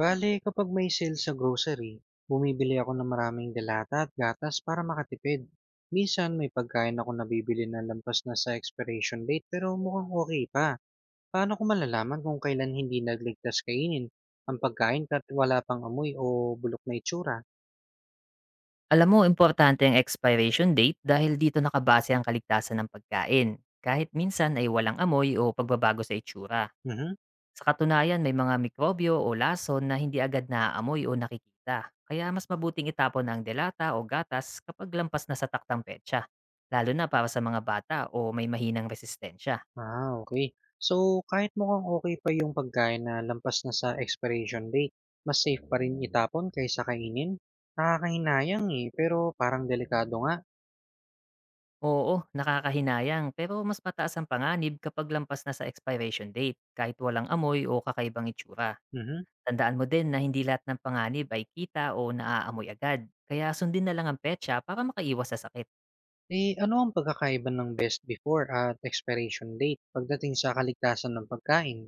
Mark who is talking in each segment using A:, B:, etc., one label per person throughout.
A: Bale, kapag may sale sa grocery, bumibili ako ng maraming delata at gatas para makatipid. Minsan may pagkain ako nabibili na lampas na sa expiration date pero mukhang okay pa. Paano ko malalaman kung kailan hindi nagligtas kainin ang pagkain kahit wala pang amoy o bulok na itsura?
B: Alam mo, importante ang expiration date dahil dito nakabase ang kaligtasan ng pagkain. Kahit minsan ay walang amoy o pagbabago sa itsura.
A: Mhm.
B: Sa katunayan, may mga mikrobyo o lason na hindi agad naaamoy o nakikita. Kaya mas mabuting itapon ang delata o gatas kapag lampas na sa taktang petsa. Lalo na para sa mga bata o may mahinang resistensya.
A: Ah, okay. So, kahit mukhang okay pa yung pagkain na lampas na sa expiration date, mas safe pa rin itapon kaysa kainin? Nakakahinayang eh, pero parang delikado nga.
B: Oo, nakakahinayang pero mas mataas ang panganib kapag lampas na sa expiration date kahit walang amoy o kakaibang itsura.
A: Mhm.
B: Tandaan mo din na hindi lahat ng panganib ay kita o naaamoy agad, kaya sundin na lang ang petsa para makaiwas sa sakit.
A: Eh, ano ang pagkakaiba ng best before at expiration date pagdating sa kaligtasan ng pagkain?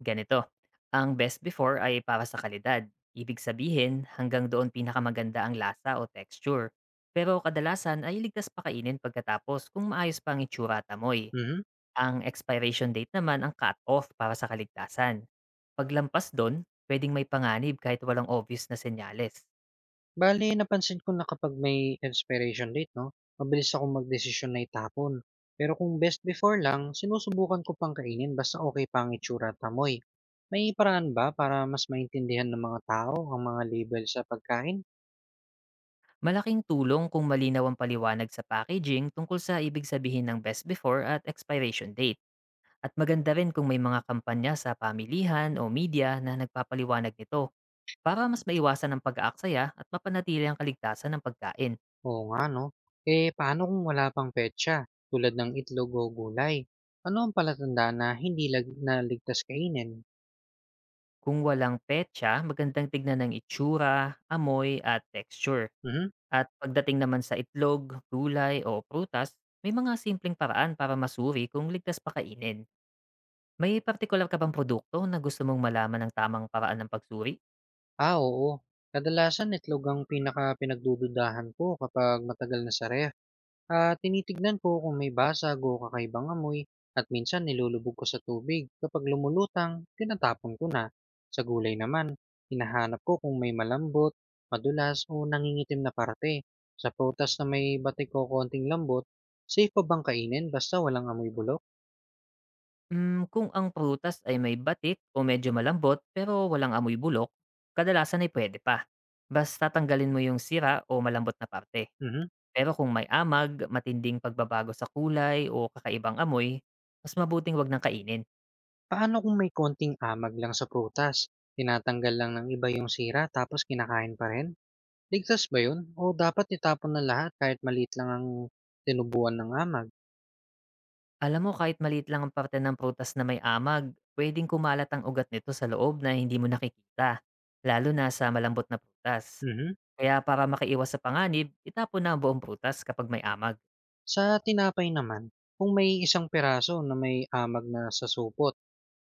B: Ganito, ang best before ay para sa kalidad. Ibig sabihin, hanggang doon pinakamaganda ang lasa o texture. Pero kadalasan ay ligtas pakainin pagkatapos kung maayos pa ang itsura at amoy.
A: Mhm.
B: Ang expiration date naman ang cut-off para sa kaligtasan. Paglampas doon, pwedeng may panganib kahit walang obvious na senyales.
A: Bale, napansin ko na kapag may expiration date, no, mabilis akong magdesisyon na itapon. Pero kung best before lang, sinusubukan ko pang kainin basta okay pa ang itsura at amoy. May paraan ba para mas maintindihan ng mga tao ang mga label sa pagkain?
B: Malaking tulong kung malinaw ang paliwanag sa packaging tungkol sa ibig sabihin ng best before at expiration date. At maganda rin kung may mga kampanya sa pamilihan o media na nagpapaliwanag nito para mas maiwasan ang pag-aaksaya at mapanatili ang kaligtasan ng pagkain.
A: Oo nga, no? Eh, paano kung wala pang petsa, tulad ng itlog o gulay? Ano ang palatandaan na naligtas kainin?
B: Kung walang petsa, magandang tignan ng itsura, amoy at texture.
A: Mhm.
B: At pagdating naman sa itlog, gulay o prutas, may mga simpleng paraan para masuri kung ligtas pa kainin. May partikular ka bang produkto na gusto mong malaman ng tamang paraan ng pagsuri?
A: Ah, oo. Kadalasan itlog ang pinaka-pinagdududahan ko kapag matagal na sa ref. At tinitignan ko kung may basag o kakaibang amoy at minsan nilulubog ko sa tubig. Kapag lumulutang, tinatapon ko na. Sa gulay naman, hinahanap ko kung may malambot, madulas o nangingitim na parte. Sa prutas na may batik o konting lambot, safe pa bang kainin basta walang amoy bulok?
B: Kung ang prutas ay may batik o medyo malambot pero walang amoy bulok, kadalasan ay pwede pa. Basta tanggalin mo yung sira o malambot na parte.
A: Mhm.
B: Pero kung may amag, matinding pagbabago sa kulay o kakaibang amoy, mas mabuting wag nang kainin.
A: Paano kung may konting amag lang sa prutas? Tinatanggal lang ng iba yung sira tapos kinakain pa rin? Ligtas ba yun o dapat itapon na lahat kahit maliit lang ang tinubuan ng amag?
B: Alam mo kahit maliit lang ang parte ng prutas na may amag, pwedeng kumalat ang ugat nito sa loob na hindi mo nakikita, lalo na sa malambot na prutas.
A: Mhm.
B: Kaya para makaiwas sa panganib, itapon na ang buong prutas kapag may amag.
A: Sa tinapay naman, kung may isang piraso na may amag na sasupot,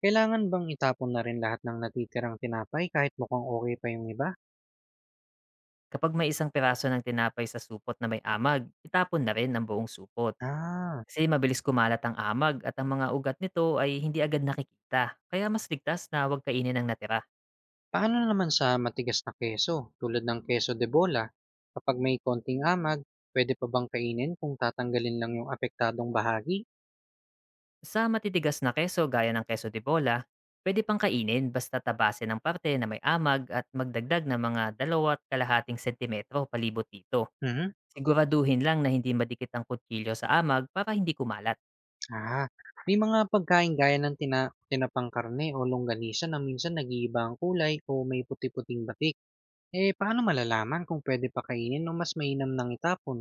A: kailangan bang itapon na rin lahat ng natitirang tinapay kahit mukhang okey pa yung iba?
B: Kapag may isang piraso ng tinapay sa supot na may amag, itapon na rin ang buong supot.
A: Ah,
B: Kasi mabilis kumalat ang amag at ang mga ugat nito ay hindi agad nakikita, kaya mas ligtas na huwag kainin ang natira.
A: paano naman sa matigas na keso tulad ng keso de bola? Kapag may konting amag, pwede pa bang kainin kung tatanggalin lang yung apektadong bahagi?
B: Sa matitigas na keso gaya ng keso de bola, pwede pang kainin basta tabasin ng parte na may amag at magdagdag ng mga 2.5 sentimetro palibot dito.
A: Mhm.
B: Siguraduhin lang na hindi madikit ang kutsilyo sa amag para hindi kumalat.
A: Ah, may mga pagkain gaya ng tinapang karne o longganisa na minsan nag-iiba ang kulay o may puti-puting batik. Eh, paano malalaman kung pwede pa kainin o mas mainam nang itapon?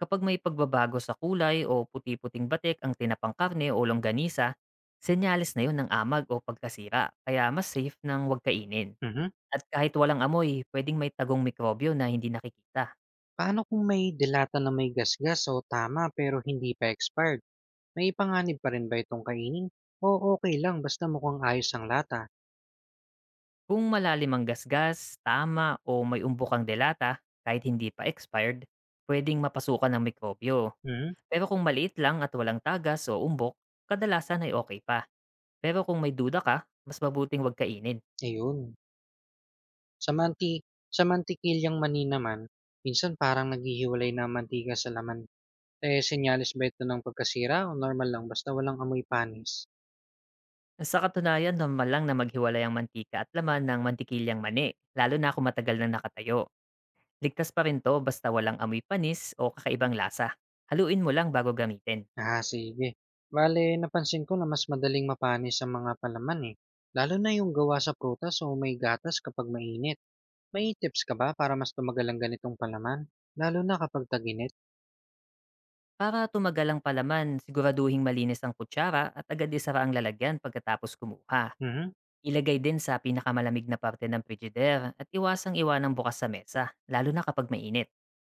B: Kapag may pagbabago sa kulay o puti-puting batik ang tinapang karne o longganisa, senyales na yon ng amag o pagkasira, kaya mas safe nang huwag kainin.
A: Mhm.
B: At kahit walang amoy, pwedeng may tagong mikrobyo na hindi nakikita.
A: Paano kung may delata na may gasgas o tama pero hindi pa expired? May panganib pa rin ba itong kainin? O okay lang basta mukhang ayos ang lata?
B: Kung malalim ang gasgas, tama o may umbo kang delata, kahit hindi pa expired, pwedeng mapasukan ng mikrobyo.
A: Mhm.
B: Pero kung maliit lang at walang tagas o umbok, kadalasan ay okay pa. Pero kung may duda ka, mas mabuting huwag kainin.
A: Ayun. Sa manti sa mantikilyang maninaman, minsan parang naghihiwalay na ang mantika sa laman. Eh, senyales ba ito ng pagkasira o normal lang basta walang amoy panis?
B: Sa katunayan, normal lang na maghiwalay ang mantika at laman ng mantikilyang mani, lalo na kung matagal na nakatayo. Ligtas pa rin to basta walang amoy panis o kakaibang lasa. Haluin mo lang bago gamitin.
A: Ah, sige. Bale, napansin ko na mas madaling mapanis ang mga palaman eh. Lalo na yung gawa sa prutas o may gatas kapag mainit. May tips ka ba para mas tumagal ang ganitong palaman? Lalo na kapag taginit?
B: Para tumagal ang palaman, siguraduhing malinis ang kutsara at agad isara ang lalagyan pagkatapos kumuha.
A: Mhm.
B: Ilagay din sa pinakamalamig na parte ng frigidaire at iwasang iwanang bukas sa mesa, lalo na kapag mainit.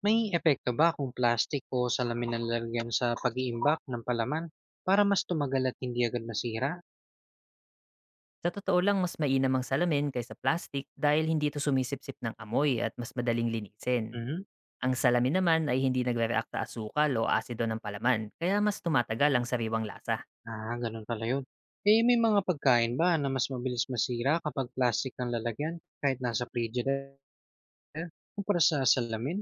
A: May epekto ba kung plastic o salamin ang lalagyan sa pag-iimbak ng palaman para mas tumagal at hindi agad masira?
B: Sa totoo lang, mas mainam ang salamin kaysa plastic dahil hindi ito sumisipsip ng amoy at mas madaling linisin.
A: Mhm.
B: Ang salamin naman ay hindi nagre-react sa asukal o asido ng palaman, kaya mas tumatagal ang sariwang lasa.
A: Ah, gano'n pala 'yun. Eh, may mga pagkain ba na mas mabilis masira kapag plastic ang lalagyan kahit nasa frigidaire kumpara sa salamin?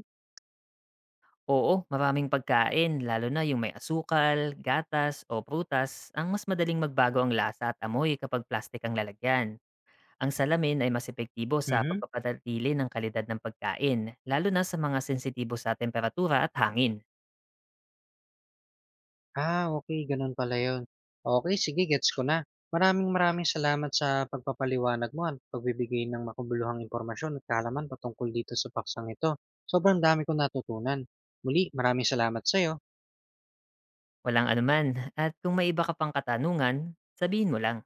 B: Oo, maraming pagkain, lalo na yung may asukal, gatas o prutas, ang mas madaling magbago ang lasa at amoy kapag plastik ang lalagyan. Ang salamin ay mas epektibo sa
A: Mhm.
B: pagpapanatili ng kalidad ng pagkain, lalo na sa mga sensitibo sa temperatura at hangin.
A: Ah, okay, gano'n pala 'yun. Okay, sige gets ko na. Maraming maraming salamat sa pagpapaliwanag mo at pagbibigay ng makabuluhang impormasyon at kaalaman patungkol dito sa paksang ito. Sobrang dami kong natutunan. Muli, maraming salamat sa'yo.
B: Walang anuman, at kung may iba ka pang katanungan, sabihin mo lang.